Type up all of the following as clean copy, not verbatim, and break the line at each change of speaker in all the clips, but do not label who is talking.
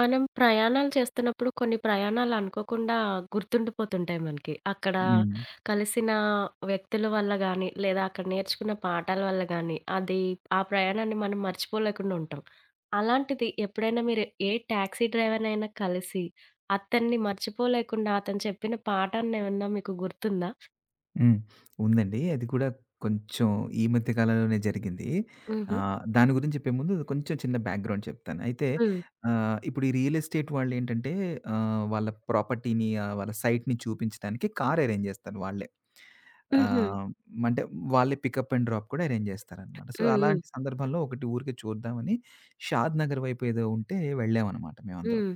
మనం ప్రయాణాలు చేస్తున్నప్పుడు కొన్ని ప్రయాణాలు అనుకోకుండా గుర్తుండిపోతుంటాయి మనకి. అక్కడ
హ్మ్.
కలిసిన వ్యక్తుల వల్ల గానీ, లేదా అక్కడ నేర్చుకున్న పాఠాల వల్ల గానీ, అది ఆ ప్రయాణాన్ని మనం మర్చిపోలేకుండా ఉంటాం. అలాంటిది ఎప్పుడైనా మీరు ఏ టాక్సీ డ్రైవర్‌నైనా కలిసి, అతన్ని మర్చిపోలేకుండా అతను చెప్పిన పాఠాన్నేమన్నా మీకు గుర్తుందా?
హ్మ్. ఉందండి. అది కూడా కొంచెం ఈ మధ్య కాలంలోనే జరిగింది.
హుహు.
దాని గురించి చెప్పే ముందు కొంచెం చిన్న బ్యాక్‌గ్రౌండ్ చెప్తాను. అయితే
హ్మ్.
ఇప్పుడు ఈ రియల్ ఎస్టేట్ వాళ్ళేంటంటే వాళ్ళ ప్రాపర్టీని వాళ్ళ సైట్‌ని చూపించడానికి కార్ అరేంజ్ చేస్తారు వాళ్ళే.
హుహు.
ఆహ్, అంటే వాళ్ళే పికప్ అండ్ డ్రాప్ కూడా అరేంజ్ చేస్తారనమాట. సో,
హ్మ్. హ్మ్.
అలాంటి సందర్భంలో ఒకటి ఊరికే చూద్దామని షాద్ నగర్ వైపు ఏదో ఉంటే వెళ్ళామనమాట మేమందరం.
హ్మ్.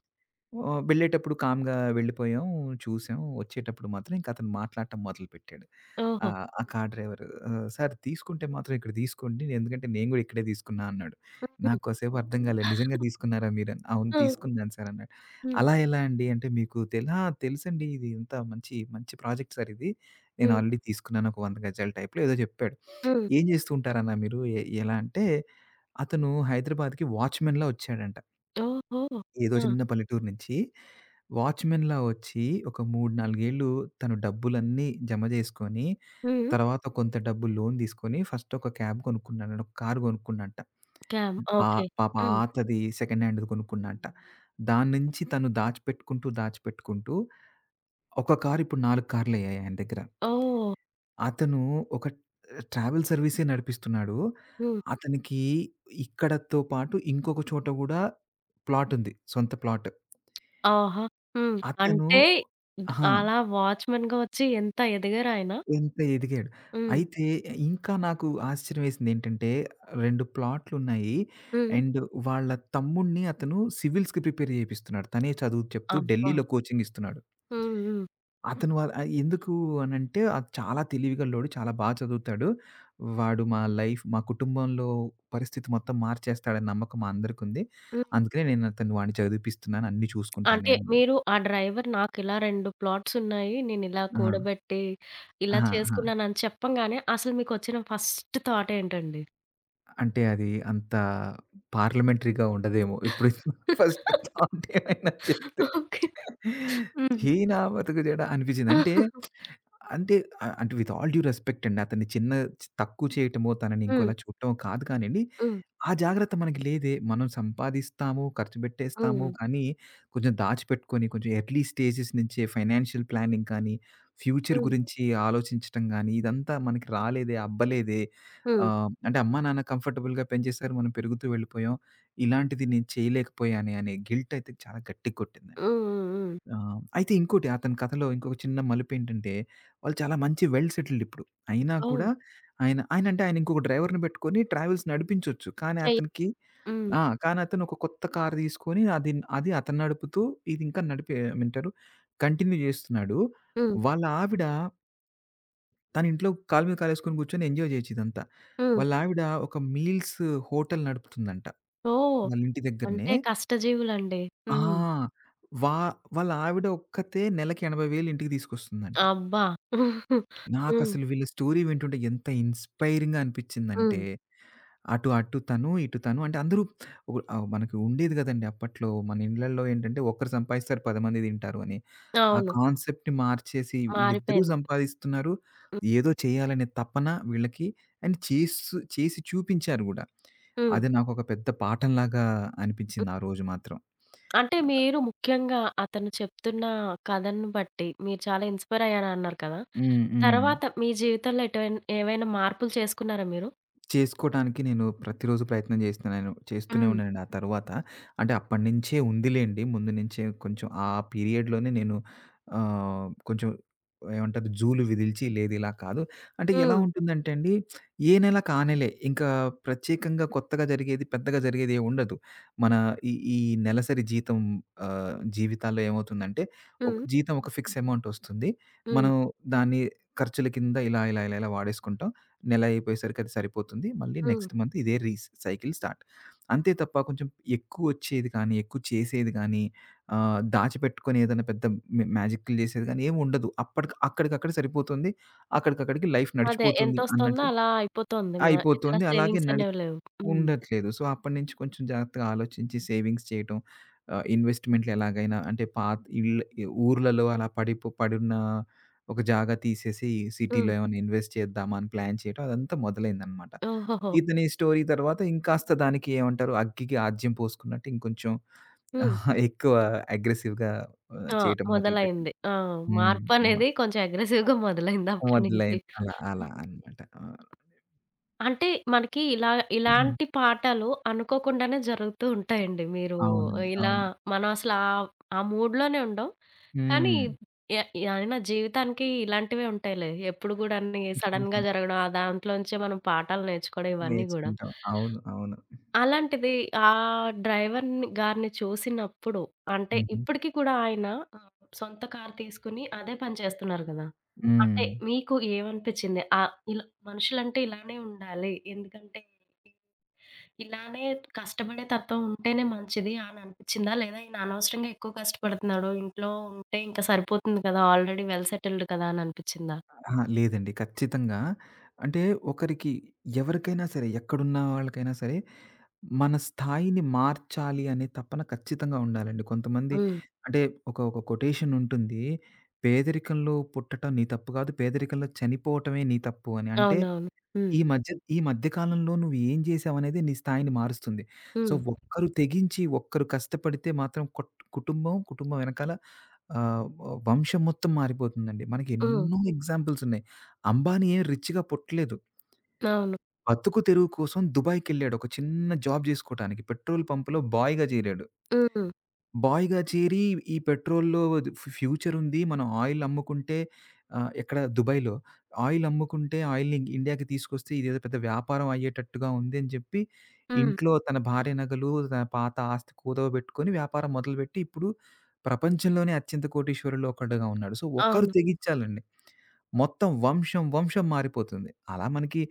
ఓహ్! వెళ్ళేటప్పుడు కామ్‌గా వెళ్ళిపోయాం. చూసాం. వచ్చేటప్పుడు మాత్రం ఇంక అతను మాట్లాడటం మొదలుపెట్టాడు.
ఓహో!
ఆ కార్ డ్రైవర్ "సార్ తీసుకుంటే మాత్రం ఇక్కడ తీసుకోండి. ఎందుకంటే నేను గూడా ఇక్కడే తీసుకున్నా" అన్నాడు.
హుహు.
నాకు కాసేపు అర్థం కాలేదు. "నిజంగా తీసుకున్నారా మీరు" అని. "అవును
హ్మ్.
తీసుకున్నాను సార్" అన్నాడు.
హ్మ్.
"అలా ఎలా అండి?" అంటే "మీకు తెల్ ఆ! తెలుసండి ఇది ఇంత మంచి, మంచి ప్రాజెక్ట్ సార్ ఇది. నేను
హ్మ్.
ఆల్రెడీ తీసుకున్నాను ఒక 100 గజాల టైప్‌లో" ఏదో చెప్పాడు.
హ్మ్.
"ఏం చేస్తూ ఉంటారన్నా మీరు?" ఎలా అంటే అతను హైదరాబాద్‌కి వాచ్‌మెన్‌లా వచ్చాడంట.
ఓహో!
ఏదో
ఆ!
చిన్న పల్లెటూరు నుంచి వాచ్‌మెన్‌లా వచ్చి ఒక 3, 4 ఏళ్ళు తను డబ్బులన్నీ జమ జేసుకొని,
హ్మ్.
తర్వాత కొంత డబ్బు లోన్ తీసుకొని ఫస్ట్ ఒక క్యాబ్ కొనుక్కున్నాడంట. ఒక కారు కొనుక్కున్నాడంట.
క్యామ్.
పా
ఓకే.
పాప
హ్మ్.
పాతది సెకండ్ హ్యాండ్‌ది కొనుక్కున్నాడంట. దాని నుంచి తను దాచిపెట్టుకుంటూ, దాచిపెట్టుకుంటూ ఒక కారు ఇప్పుడు 4 కార్లయ్యాయి ఆయన దగ్గర.
ఓహ్!
అతను ఒక ట్రావెల్ సర్వీసే నడిపిస్తున్నాడు.
హ్మ్.
అతనికి ఇక్కడతో పాటు ఇంకొక చోట గూడా ప్లాటుంది. సొంత ప్లాట్.
ఆహా! హ్మ్.
అతను
అంటే
అహా!
అలా వాచ్‌మెన్‌గా వచ్చి ఎంత ఎదిగారాయన.
ఎంత ఎదిగాడు.
హ్మ్.
అయితే ఇంకా నాకు ఆశ్చర్యమేసిందేంటంటే 2 ప్లాట్‌లున్నాయి.
హ్మ్.
అండ్ వాళ్ళ తమ్ముడిని అతను సివిల్స్‌కి ప్రిపేర్ చేపిస్తున్నాడు. తనే చదువు చెప్తూ
అబ్బా!
ఢిల్లీలో కోచింగ్ ఇస్తున్నాడు.
హ్మ్. హ్మ్.
అతను ఎందుకు అనంటే అది చాలా తెలివిగల్లోడు. చాలా బాగా చదువుతాడు. వాడు మా లైఫ్ మా కుటుంబంలో పరిస్థితి మొత్తం మార్చేస్తాడని నమ్మకం మా అందరికుంది.
హ్మ్.
అందుకనే నేను అతను వాడిని చదివిపిస్తున్నాను. అన్నీ చూసుకుంటాను
అంటే
నేను.
మీరు ఆ డ్రైవర్ నాకిలా 2 ప్లాట్స్ ఉన్నాయి. నేనిలా
ఆ!
కూడబెట్టి ఇలా
అహా! అహా!
చేసుకున్నానని చెప్పంగానే అసలు మీకొచ్చిన ఫస్ట్ థాట్ ఏంటండి?
అంటే అది అంత పార్లమెంటరీ‌గా ఉండదేమో. ఇప్పుడు ఫస్ట్ థాట్ ఏమైనా చెప్తే.
ఓకే. హ్మ్.
చీనా బతుకు చెడ అనిపించింది. అంటే, అంటే అంటే విత్ ఆల్ డ్యూ రెస్పెక్ట్ అండి. అతన్ని చిన్న తక్కువ చేయటమో, తనని
హ్మ్.
ఇంకోలా చూడటమో కాదు కానియండి.
హ్మ్.
ఆ జాగ్రత్త మనకి లేదే. మనం సంపాదిస్తాము, ఖర్చు పెట్టేస్తాము.
హ్మ్.
కానీ కొంచెం దాచిపెట్టుకొని, కొంచెం ఎర్లీ స్టేజెస్ నుంచే ఫైనాన్షియల్ ప్లానింగ్ కానీ, ఫ్యూచర్
హ్మ్.
గురించి ఆలోచించటం గానీ, ఇదంతా మనకి రాలేదే, అబ్బలేదే.
హ్మ్. హ్మ్.
అంటే అమ్మా, నాన్న కంఫర్టబుల్‌గా పెంచేశారు. మనం పెరుగుతూ వెళ్ళిపోయాం. ఇలాంటిది నేను చేయలేకపోయానే అనే గిల్ట్ అయితే చాలా గట్టిగా కొట్టిందండి.
హ్మ్. హ్మ్.
ఆ! అయితే ఇంకోటి అతని కథలో ఇంకొక చిన్న మలుపేంటంటే, వాళ్ళు చాలా మంచి వెల్ సెటిల్డ్ ఇప్పుడు. అయినా
ఓహ్!
కూడా ఆయన ఇంకొక డ్రైవర్‌ని పెట్టుకొని ట్రావెల్స్ నడిపించొచ్చు. కానీ
చెయ్య
అతనికి
హ్మ్.
ఆ! కానీ అతను ఒక కొత్త కార్ తీసుకొని అది అది అతను నడుపుతూ ఇది ఇంకా నడిపి ఏమంటారు కంటిన్యూ చేస్తున్నాడు.
హ్మ్.
వాళ్ళ ఆవిడ తన ఇంట్లో కాలు మీద కాలేసుకొని కూర్చొని ఎంజాయ్ చేయొచ్చు ఇదంతా.
హ్మ్.
వాళ్ళ ఆవిడ ఒక మీల్స్ హోటల్ నడుపుతుందంట.
ఓహ్!
వాళ్ళ ఇంటి దగ్గరనే.
అంటే కష్టజీవులండి. హ్మ్.
ఆ! వా వాళ్ళ ఆవిడ ఒక్కతే నెలకి 80,000 ఇంటికి తీసుకొస్తుందంట.
అబ్బా! హ్మ్.
నాకసలు వీళ్ళ స్టోరీ వింటుంటే ఎంత ఇన్‌స్పైరింగ్‌గా అనిపిచ్చిందంటే,
హ్మ్.
అటు అటు తను, ఇటు తను అంటే అందరూ మనకి ఉండేది గదండీ అప్పట్లో. మన ఇండ్లల్లో ఏంటంటే ఒకరు సంపాదిస్తారు 10 మంది తింటారు అని. ఆ
అవును.
కాన్సెప్ట్‌ని మార్చేసి వీళ్ళిద్దరూ
మారిపోయింది.
సంపాదిస్తున్నారు.
హ్మ్.
ఏదో చేయాలనే తపన వీళ్ళకి అండ్ చేసి చూపించారు గూడా.
హ్మ్.
అది నాకొక పెద్ద పాఠంలాగా
హ్మ్.
అనిపిచ్చింది ఆ రోజు మాత్రం.
అంటే మీరు ముఖ్యంగా అతను చెప్తున్న కథను బట్టి మీరు చాలా ఇన్‌స్పైర్ అయ్యారన్నారు కదా!
హ్మ్. హ్మ్.
తర్వాత మీ జీవితంలో ఏవైనా మార్పులు చేసుకున్నారా మీరు?
చేసుకోటానికి నేను ప్రతిరోజు ప్రయత్నం చేస్తున్నాను. చేస్తూనే
హ్మ్.
ఉన్నానండి ఆ తరువాత. అంటే అప్పటినుంచే ఉందిలెండి. ముందు నుంచే కొంచెం ఆ పీరియడ్‌లోనే నేను కొంచెం ఏమంటారు జూలు విదిల్చి లేదు ఇలా కాదు. అంటే ఎలా
హ్మ్.
ఉంటుందంటే అండి, ఏ నెలకు ఆ నెలే. ఇంకా ప్రత్యేకంగా కొత్తగా జరిగేది, పెద్దగా జరిగేది ఏమి ఉండదు. మన ఈ ఈ నెలసరి జీతం జీవితాల్లో ఏమవుతుందంటే, ఒక
హ్మ్.
జీతం ఒక ఫిక్స్ అమౌంట్ వస్తుంది.
హ్మ్.
మనం దాన్ని ఖర్చుల కింద ఇలా, ఇలా, ఇలా, ఇలా వాడేసుకుంటాం. నెల అయిపోయేసరికి అది సరిపోతుంది. మళ్ళీ
హ్మ్.
నెక్స్ట్ మంత్ ఇదే సైకిల్ స్టార్ట్. అంతే తప్ప కొంచెం ఎక్కువొచ్చేది కానీ, ఎక్కువ చేసేది గానీ, దాచిపెట్టుకొని ఏదైనా పెద్ద మ్యాజిక్‌లు చేసేది గానీ ఏముండదు. అప్పటికి అక్కడికక్కడ సరిపోతుంది. అక్కడికక్కడికి లైఫ్
అదే
నడిచిపోతుంది
ఎంతొస్తుందో
అన్నట్టు
అలా అయిపోతుంది. ఎక్కడ
అయిపోతుంది. అలాగే
సేవింగ్స్ అనేవి లేవు. హ్మ్.
ఉండట్లేదు. సో, అప్పటినుంచి కొంచెం జాగ్రత్తగా ఆలోచించి సేవింగ్స్ చేయటం, ఇన్వెస్ట్‌మెంట్లు ఎలాగైనా అంటే పాత ఇళ్ళు ఊర్లలో అలా పడున్న ఒక జాగా తీసేసి సిటీలో
హ్మ్.
ఏమైనా ఇన్వెస్ట్ చేద్దామా అని ప్లాన్ చేయటం అదంతా మొదలైందనమాట.
ఓహోహో!
ఇతని స్టోరీ తర్వాత ఇంకాస్త దానికి ఏమంటారు అగ్గికి ఆజ్యం పోసుకున్నట్టు ఇంకొంచెం
హ్మ్.
ఆ, ఎక్కువ అగ్రెసివ్‌గా
ఆ!
చేయటం మొదలుపెట్టింది.
మొదలైంది. ఆ!
హ్మ్. మొ
మార్పనేది కొంచెం అగ్రెసివ్‌గా మొదలైంది అప్పటినుంచి.
మొదలైంది. అలా అలా
హ్మ్.
అనమాట. ఆ!
అంటే మనకి ఇలా
హ్మ్.
ఇలాంటి పాఠాలు అనుకోకుండానే జరుగుతూ ఉంటాయండి. మీరు
అవునండి.
ఇలా
అవును.
మనం అసలు ఆ ఆ మూడ్‌లోనే ఉండం. కానీ
హ్మ్.
ఎ అయినా జీవితానికి ఇలాంటివే ఉంటాయిలే. ఎప్పుడు గూడా అన్నీ సడెన్‌గా జరగడం, ఆ దాంట్లోంచే మనం పాఠాలు నేర్చుకోవడం ఇవన్నీ గూడా.
నేర్చుకుంటాం. అవును. అవును.
అలాంటిది ఆ డ్రైవర్‌ని గారిని చూసినప్పుడు అంటే
హుహు.
ఇప్పటికి కూడా ఆయన ఆహ్, సొంత కారు తీసుకొని అదే పని చేస్తున్నారు గదా! అంటే
హ్మ్.
మీకు ఏమనిపిచ్చింది? ఇలా మనుషులంటే ఇలానే ఉండాలి. ఎందుకంటే ఇలానే కష్టపడే తత్వం ఉంటేనే మంచిది అని అనిపిచ్చిందా? లేదా ఈయన అనవసరంగా ఎక్కువ కష్టపడుతున్నాడు. ఇంట్లో ఉంటే ఇంక సరిపోతుంది కదా! ఆల్రెడీ వెల్ సెటిల్డ్ కదా! అని అనిపిచ్చిందా?
అహా! లేదండి. ఖచ్చితంగా అంటే ఒకరికి ఎవరికైనా సరే ఎక్కడున్న వాళ్ళకైనా సరే మన స్థాయిని మార్చాలి అనే తపన ఖచ్చితంగా ఉండాలండి. కొంతమంది
హ్మ్.
అంటే ఒక ఒక కొటేషన్ ఉంటుంది. "పేదరికంలో పుట్టటం నీ తప్పు కాదు. పేదరికంలో చనిపోవటమే నీ తప్పు" అని. అంటే
అవునవును. హ్మ్.
ఈ మధ్య ఈ మధ్య కాలంలో నువ్వు ఏం చేసావనేదే నీ స్థాయిని మారుస్తుంది. సో,
హ్మ్.
ఒక్కరు తెగించి, ఒక్కరు కష్టపడితే మాత్రం కుటుంబం, కుటుంబం వెనకాల ఆహ్, వ వంశం మొత్తం మారిపోతుందండి. మనకి
హ్మ్.
ఎన్నో ఎగ్జాంపుల్స్ ఉన్నాయి. అంబానీ ఏం రిచ్‌గా పుట్టలేదు.
అవును.
బతుకు తెరువు కోసం దుబాయ్‌కెళ్ళాడు. ఒక చిన్న జాబ్ జేసుకోటానికి. పెట్రోల్ పంప్‌లో బాయ్‌గా చేరాడు.
హ్మ్.
బాయ్‌గా చేరి ఈ పెట్రోల్‌లో ఫ్యూచరుంది. మనం ఆయిల్ అమ్ముకుంటే ఎక్కడ దుబాయ్‌లో ఆయిల్ అమ్ముకుంటే ఆయిల్‌ని ఇండియాకి తీసుకొస్తే ఇదేదో పెద్ద వ్యాపారం అయ్యేటట్టుగా ఉంది అని చెప్పి,
హ్మ్.
ఇంట్లో తన భార్య నగలు, తన పాత ఆస్తి కుదవబెట్టుకొని వ్యాపారం మొదలుపెట్టి ఇప్పుడు ప్రపంచంలోనే అత్యంత కోటీశ్వరుల్లో ఒకడుగా ఉన్నాడు. సో, ఒక్కరు
అవును.
తెగించాలండి. మొత్తం వంశం, వంశం మారిపోతుంది. అలా మనకి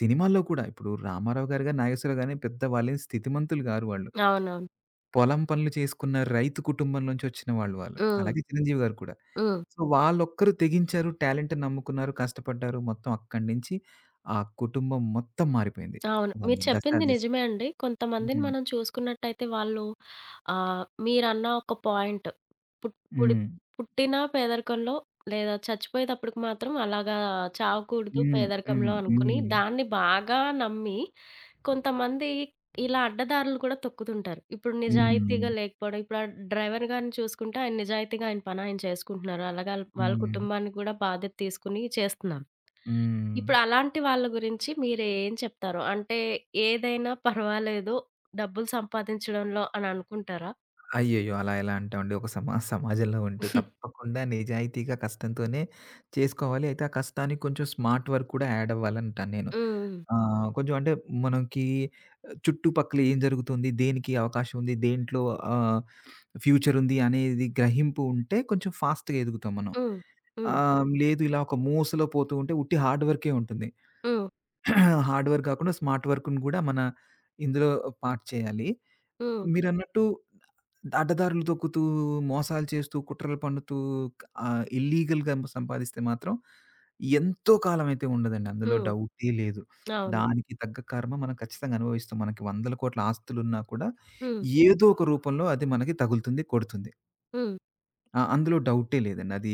సినిమాల్లో కూడా ఇప్పుడు 'రామారావు' గారు గాని, 'నాగేశ్వరరావు' గాని పెద్ద వాళ్ళేం స్థితిమంతులు గారు వాళ్ళు.
అవునవును.
పొలం పనులు చేసుకున్న రైతు కుటుంబం నుంచొచ్చిన వాళ్ళు వాళ్ళు.
హ్మ్.
అలాగే చిరంజీవి గారు కూడా.
హ్మ్.
సో, వాళ్ళొక్కరు తెగించారు. టాలెంట్‌ని నమ్ముకున్నారు, కష్టపడ్డారు. మొత్తం అక్కడి నుంచి ఆ కుటుంబం మొత్తం మారిపోయింది.
అవును. మీరు
వాళ్ళు
చెప్పింది నిజమే అండి. కొంతమందిని
హ్మ్.
మనం చూసుకున్నట్టయితే వాళ్ళు మీరన్న ఒక పాయింట్ పుట్ పుడి
హ్మ్.
పుట్టిన పేదరికంలో లేదా చచ్చిపోయేటప్పటికి మాత్రం అలాగా చావకూడదు
హ్మ్. హ్మ్.
పేదరికంలో అనుకుని
హ్మ్.
దాన్ని బాగా నమ్మి కొంతమంది ఇలా అడ్డదారులు కూడా తొక్కుతుంటారు. ఇప్పుడు నిజాయితీగా
హ్మ్.
లేకపోవడం. ఇప్పుడు ఆ డ్రైవర్ గారిని చూసుకుంటే ఆయన నిజాయితీగా ఆయన పని ఆయన చేసుకుంటున్నారు. అలాగే ఆళ్ళ వాళ్ళ
హ్మ్.
కుటుంబానికి కూడా బాధ్యత తీసుకొని చేస్తున్నారు.
హ్మ్.
ఇప్పుడు అలాంటి వాళ్ళ గురించి మీరేం చెప్తారు? అంటే ఏదైనా పర్వాలేదు డబ్బులు సంపాదించడంలో అని అనుకుంటారా?
అయ్యయ్యో! అలా ఎలా అంటామండి. ఒక సమా సమాజంలో ఉంటూ తప్పకుండా నిజాయితీగా కష్టంతోనే చేసుకోవాలి. అయితే ఆ కష్టానికి కొంచెం స్మార్ట్ వర్క్ కూడా యాడ్ అవ్వాలంటాను నేను.
హ్మ్.
ఆ! కొంచెం అంటే మనకి చుట్టుపక్కల ఏం జరుగుతుంది? దేనికి అవకాశం ఉంది? దేంట్లో ఆహ్, ఫ్యూచర్ ఉంది అనేది గ్రహింపు ఉంటే కొంచెం ఫాస్ట్‌గా ఎదుగుతాం మనం.
హ్మ్. హ్మ్.
లేదు ఇలా ఒక మూసలో పోతూ ఉంటే ఉట్టి హార్డ్ వర్కే ఉంటుంది.
హ్మ్.
హార్డ్ వర్క్ కాకుండా స్మార్ట్ వర్క్‌ని కూడా మన ఇందులో పార్ట్ చేయాలి.
హ్మ్.
మీరన్నట్టు అడ్డదారులు తొక్కుతూ, మోసాలు చేస్తూ, కుట్రలు పన్నుతూ ఇల్లీగల్‌గా సంపాదిస్తే మాత్రం ఎంతో కాలం అయితే ఉండదండి.
హ్మ్.
అందులో
హ్మ్.
డౌటే లేదు.
అవును.
తగ్గ కర్మ మనం ఖచ్చితంగా అనుభవిస్తాం. మనకి వందల కోట్ల ఆస్తులున్నా కూడా
హ్మ్.
ఏదో ఒక రూపంలో అది మనకి తగులుతుంది, కొడుతుంది.
హ్మ్.
ఆ! అందులో డౌటే లేదండి. అది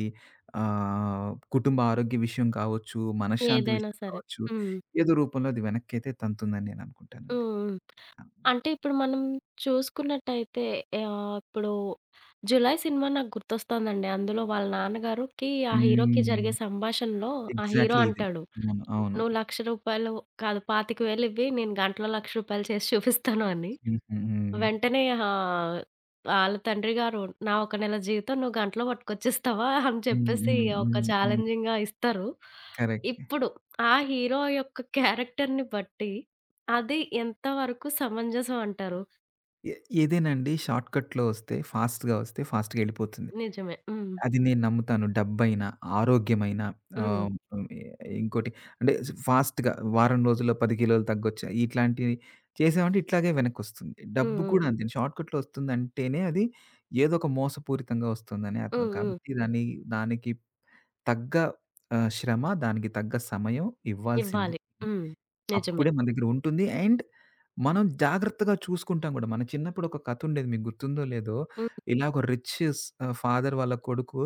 కుటుంబ ఆరోగ్య విషయం కావచ్చు, మనశ్శాంతి
ఏదైనా
విషయం
సరే.
కావచ్చు,
హ్మ్. హ్మ్.
ఏదో రూపంలో అది వెనక్కైతే తంతుందని నేను అనుకుంటానండి.
హ్మ్.
అవును.
అంటే ఇప్పుడు మనం చూసుకున్నట్టయితే ఇప్పుడు 'జులై' సినిమా నాకు గుర్తొస్తుందండి. అందులో వాళ్ళ నాన్నగారికి ఆ హీరోకి
హ్మ్.
జరిగే సంభాషణలో ఆ హీరో
ఎగ్జాక్ట్‌లీ ఇది.
అంటాడు.
అవును. అవును.
"నువ్వు రూ. 1,00,000 కాదు రూ. 25,000 ఇవ్వి నేను గంటలో రూ. 1,00,000 చేసి చూపిస్తాను" అని.
హ్మ్. హ్మ్.
వెంటనే ఆహ్, ఆళ్ళ తండ్రి గారు "నా ఒక నెల జీతం నువ్వు గంటలో పట్టుకొచ్చేస్తావా?" అని
హ్మ్.
చెప్పేసి
హ్మ్.
ఒక
హ్మ్. హ్మ్.
ఛాలెంజింగ్‌గా ఇస్తారు.
కరెక్ట్.
ఇప్పుడు ఆ హీరో యొక్క క్యారెక్టర్‌ని బట్టి అది ఎంతవరకు సమంజసం అంటారు?
ఏ ఏదేనండి షార్ట్‌కట్‌లో వస్తే, ఫాస్ట్‌గా వస్తే ఫాస్ట్‌గా ఎళ్ళిపోతుంది.
నిజమే. హ్మ్.
అది నేను నమ్ముతాను. డబ్బైనా, ఆరోగ్యమైన
హ్మ్.
ఆహ్, హ్మ్. ఇంకోటి అంటే ఫాస్ట్‌గా వారం రోజుల్లో 10 కిలోలు తగ్గొచ్చా, ఇట్లాంటివి చేసామంటే ఇట్లాగే వెనక్కొస్తుంది.
హ్మ్.
డబ్బు
హ్మ్.
కూడా అంతే. షార్ట్‌కట్‌లో వస్తుందంటేనే అది ఏదో ఒక మోసపూరితంగా వస్తుందని అర్థం.
హ్మ్. హ్మ్.
కాబట్టి దానికి తగ్గ శ్రమ, దానికి తగ్గ సమయం ఇవ్వాల్సింది.
ఇవ్వాలి. హ్మ్. నిజమే.
అప్పుడే మన దగ్గర ఉంటుంది. అండ్ మనం జాగ్రత్తగా చూసుకుంటాం గూడా. మన చిన్నప్పుడు ఒక కథుండేది మీకు గుర్తుందో లేదో,
హ్మ్.
ఇలా ఒక రిచ్ ఫాదర్ వాళ్ళ కొడుకు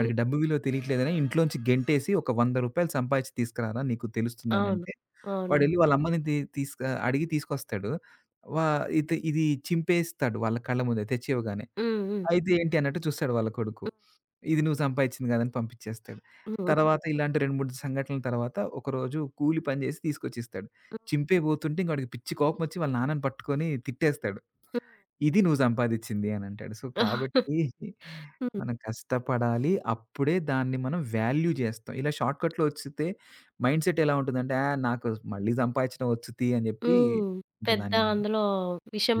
హ్మ్.
డబ్బు విలువ తెలియట్లేదని ఇంట్లోంచి గెంటేసి ఒక రూ. 100 సంపాదించి తీసుకురారా నీకు
అవును.
తెలుస్తుందనంటే,
అవును.
వాడెళ్ళి వాళ్ళ అమ్మని తీ తీసుక అడిగి తీసుకొస్తాడు. వా ఇది ఇది చింపేస్తాడు వాళ్ళ కళ్ళ ముందే తెచ్చివ్వగానే.
హ్మ్. హ్మ్.
అయితే ఏంటి అన్నట్టు చూస్తాడు వాళ్ళ కొడుకు.
హ్మ్.
ఇది నువ్వు సంపాదిచ్చింది గాదని పంపిచ్చేస్తాడు. హ్మ్.
హ్మ్.
తర్వాత ఇలాంటి 2, 3 సంఘటనల తర్వాత ఒకరోజు కూలి పని జేసి తీసుకొచ్చిస్తాడు.
హ్మ్.
చింపేయబోతుంటే ఇంక వాడికి పిచ్చి కోపమొచ్చి వాళ్ళ నాన్నని పట్టుకొని తిట్టేస్తాడు.
హ్మ్. హ్మ్.
ఇది నువ్వు సంపాదిచ్చింది అనంటాడు. సో, కాబట్టి
హ్మ్.
మనం కష్టపడాలి. అప్పుడే దాన్ని మనం వాల్యూ జేస్తాం. ఇలా షార్ట్‌కట్‌లో ఒచ్చితే మైండ్‌సెట్ ఎలా ఉంటుందంటే, ఆ! నాకు మళ్ళీ సంపాదిచ్చడం వచ్చుతి అని జెప్పి ఇంక
పెద్ద
దాన్ని
అందులో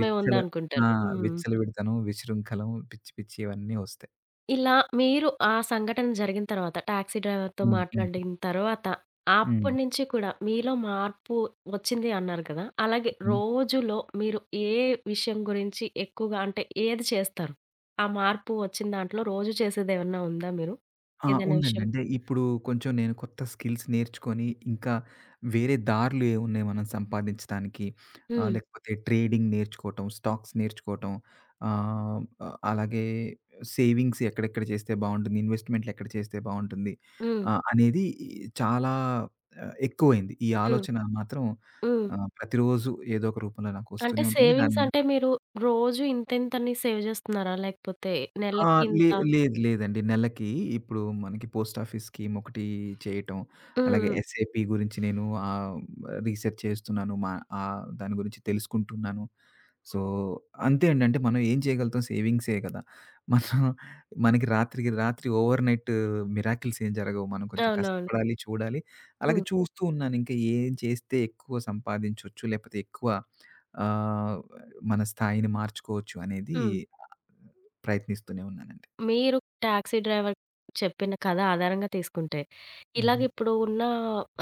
విచ్చల ఆ!
హ్మ్.
విచ్చలవిడతనం, విశృంఖలం, పిచ్చి పిచ్చివన్నీ ఒస్తాయి.
ఇలా మీరు ఆ సంఘటన జరిగిన తర్వాత టాక్సీ డ్రైవర్‌తో
హ్మ్. హ్మ్.
మాట్లాడిన తర్వాత,
హ్మ్.
అప్పటినుంచి కూడా మీలో మార్పు వచ్చింది అన్నారు కదా! అలాగే
హ్మ్.
రోజులో మీరు ఏ విషయం గురించి ఎక్కువగా అంటే ఏది చేస్తారు? ఆ మార్పు వచ్చిన దాంట్లో రోజు చేసేదేమన్నా ఉందా మీరు?
ఆ!
ఏదైనా
ఉందండి.
విషయం?
అంటే ఇప్పుడు కొంచెం నేను కొత్త స్కిల్స్ నేర్చుకొని, ఇంకా వేరే దారులు ఏవున్నాయి మనం సంపాదించడానికి.
హ్మ్.
లేకపోతే ట్రేడింగ్ నేర్చుకోవటం, స్టాక్స్ నేర్చుకోవటం, ఆహ్, అలాగే సేవింగ్స్ ఎక్కడెక్కడ చేస్తే బావుంటుంది, ఇన్వెస్ట్‌మెంట్లు ఎక్కడ చేస్తే బావుంటుంది
హ్మ్.
అనేది చాలా ఎక్కువైంది. ఈ
హ్మ్.
ఆలోచన మాత్రం
హ్మ్.
ప్రతిరోజు ఏదో ఒక రూపంలో నాకు
అంటే
వస్తూనే ఉంటుంది. దాని
సేవింగ్స్
మీద
అంటే మీరు రోజు ఇంతింతని సేవ్ చేస్తున్నారా? లేకపోతే
ఆ!
నెలకి ఇంత?
లేదు లేదండి. నెలకి ఇప్పుడు మనకి పోస్ట్ ఆఫీస్ స్కీమ్ ఒకటి చేయటం,
హ్మ్.
అలాగే
హ్మ్.
ఎస్ఏపీ గురించి నేను ఆహ్, రీసెర్చ్ చేస్తున్నాను. మా దాని గురించి తెలుసుకుంటున్నాను. సో, అంతే అండి. అంటే మనం ఏం చేయగలుగుతాం సేవింగ్సే కదా! మనం మనకి రాత్రికి రాత్రి ఓవర్‌నైట్ మిరాకిల్స్ ఏం జరగవు. మనం కొంచెం
అవునవును.
కష్టపడాలి, చూడాలి. అలాగే
హ్మ్.
చూస్తూ ఉన్నాను. ఇంకా ఏం చేస్తే ఎక్కువ సంపాదించొచ్చు, లేకపోతే ఎక్కువ ఆహ్, మన స్థాయిని మార్చుకోవచ్చు అనేది
హ్మ్.
ప్రయత్నిస్తూనే ఉన్నానండి.
మీరు టాక్సీ డ్రైవర్ చెప్పిన కథ ఆధారంగా తీసుకుంటే, ఇలాగ
హుహు.
ఇప్పుడు ఉన్న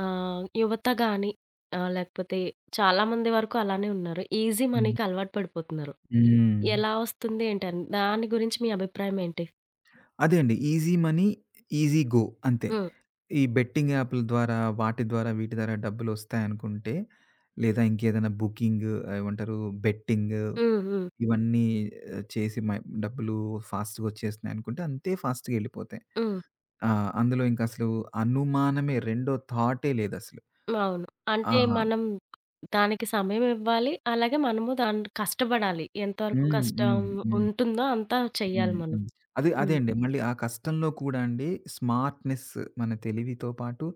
యువత గాని లేకపోతే చాలామంది వరకు అలానే ఉన్నారు. ఈజీ
హ్మ్.
మనీకి అలవాటు పడిపోతున్నారు.
హ్మ్.
ఎలా వస్తుంది ఏంటని దాని గురించి మీ అభిప్రాయం ఏంటి?
అదే అండి. ఈజీ మనీ, ఈజీ గో అంతే.
హ్మ్.
ఈ బెట్టింగ్ యాప్‌ల ద్వారా, వాటి ద్వారా, వీటి ద్వారా డబ్బులొస్తాయనుకుంటే, లేదా ఇంకేదైనా బుకింగ్ ఏమంటారు బెట్టింగ్
హ్మ్. హ్మ్.
ఇవన్నీ ఆహ్, చేసి మ డబ్బులు ఫాస్ట్‌గా వచ్చేస్తున్నాయనుకుంటే అంతే ఫాస్ట్‌గా ఎళ్ళిపోతాయి.
హ్మ్.
ఆ! అందులో ఇంకసలు అనుమానమే రెండో థాటే లేదసలు.
అవును.
ఆ!
అంటే మనం దానికి సమయం ఇవ్వాలి. అలాగే మనము దాన్ని కష్టపడాలి. ఎంతవరకు
హ్మ్.
కష్టం
హ్మ్. హ్మ్.
ఉంటుందో అంతా
హ్మ్.
చెయ్యాలి మనం.
హ్మ్. అదే అదే
హ్మ్.
అండి. మళ్ళీ ఆ కష్టంలో కూడా అండి స్మార్ట్‌నెస్ మన తెలివితో పాటు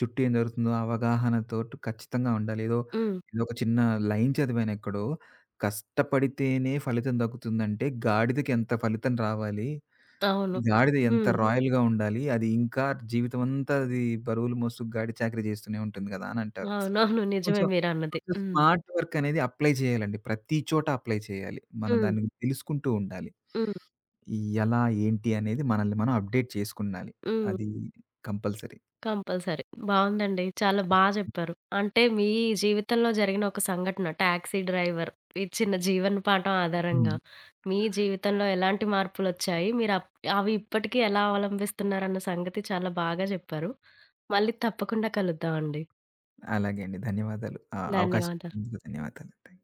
చుట్టూ ఏం జరుగుతుందో అవగాహనతోటి ఖచ్చితంగా ఉండాలి. ఏదో
హ్మ్.
ఏదో ఒక చిన్న లైన్ చదివాను ఎక్కడో, "కష్టపడితేనే ఫలితం దక్కుతుందంటే గాడిదకి ఎంత ఫలితం రావాలి,
అవును.
గాడిద ఎంత
హ్మ్.
రాయల్‌గా ఉండాలి, అది ఇంకా జీవితమంతా అది బరువులు మోస్తూ గాడి చాకరీ చేస్తూనే ఉంటుంది కదా!" అని అంటారు.
అవునవును. నిజమే
కొంచెం
మీరన్నది.
కొంచెం
హ్మ్.
స్మార్ట్ వర్క్ అనేది అప్లై చేయాలండి. ప్రతి చోట అప్లై చేయాలి. మనం
హ్మ్.
దాన్ని తెలుసుకుంటూ ఉండాలి.
హ్మ్.
ఎలా, ఏంటి అనేది మనల్ని మనం అప్‌డేట్ చేసుకున్నాలి.
హ్మ్.
అది కంపల్సరీ.
కంపల్సరీ. బావుందండి. చాలా జెప్పారు. అంటే మీ జీవితంలో జరిగిన ఒక సంఘటన టాక్సీ డ్రైవర్ ఇచ్చిన జీవన పాఠం ఆధారంగా
హ్మ్.
మీ జీవితంలో ఎలాంటి మార్పులొచ్చాయి? మీరు అవి ఇప్పటికీ ఎలా అవలంబిస్తున్నారన్న సంగతి చాలా బాగా జెప్పారు. మళ్ళీ తప్పకుండా కలుద్దామండి.
అలాగే అండి. ధన్యవాదాలు. ఆ అవకాశం
ధన్యవాదాలు.
ఇచ్చినందుకు ధన్యవాదాలండి.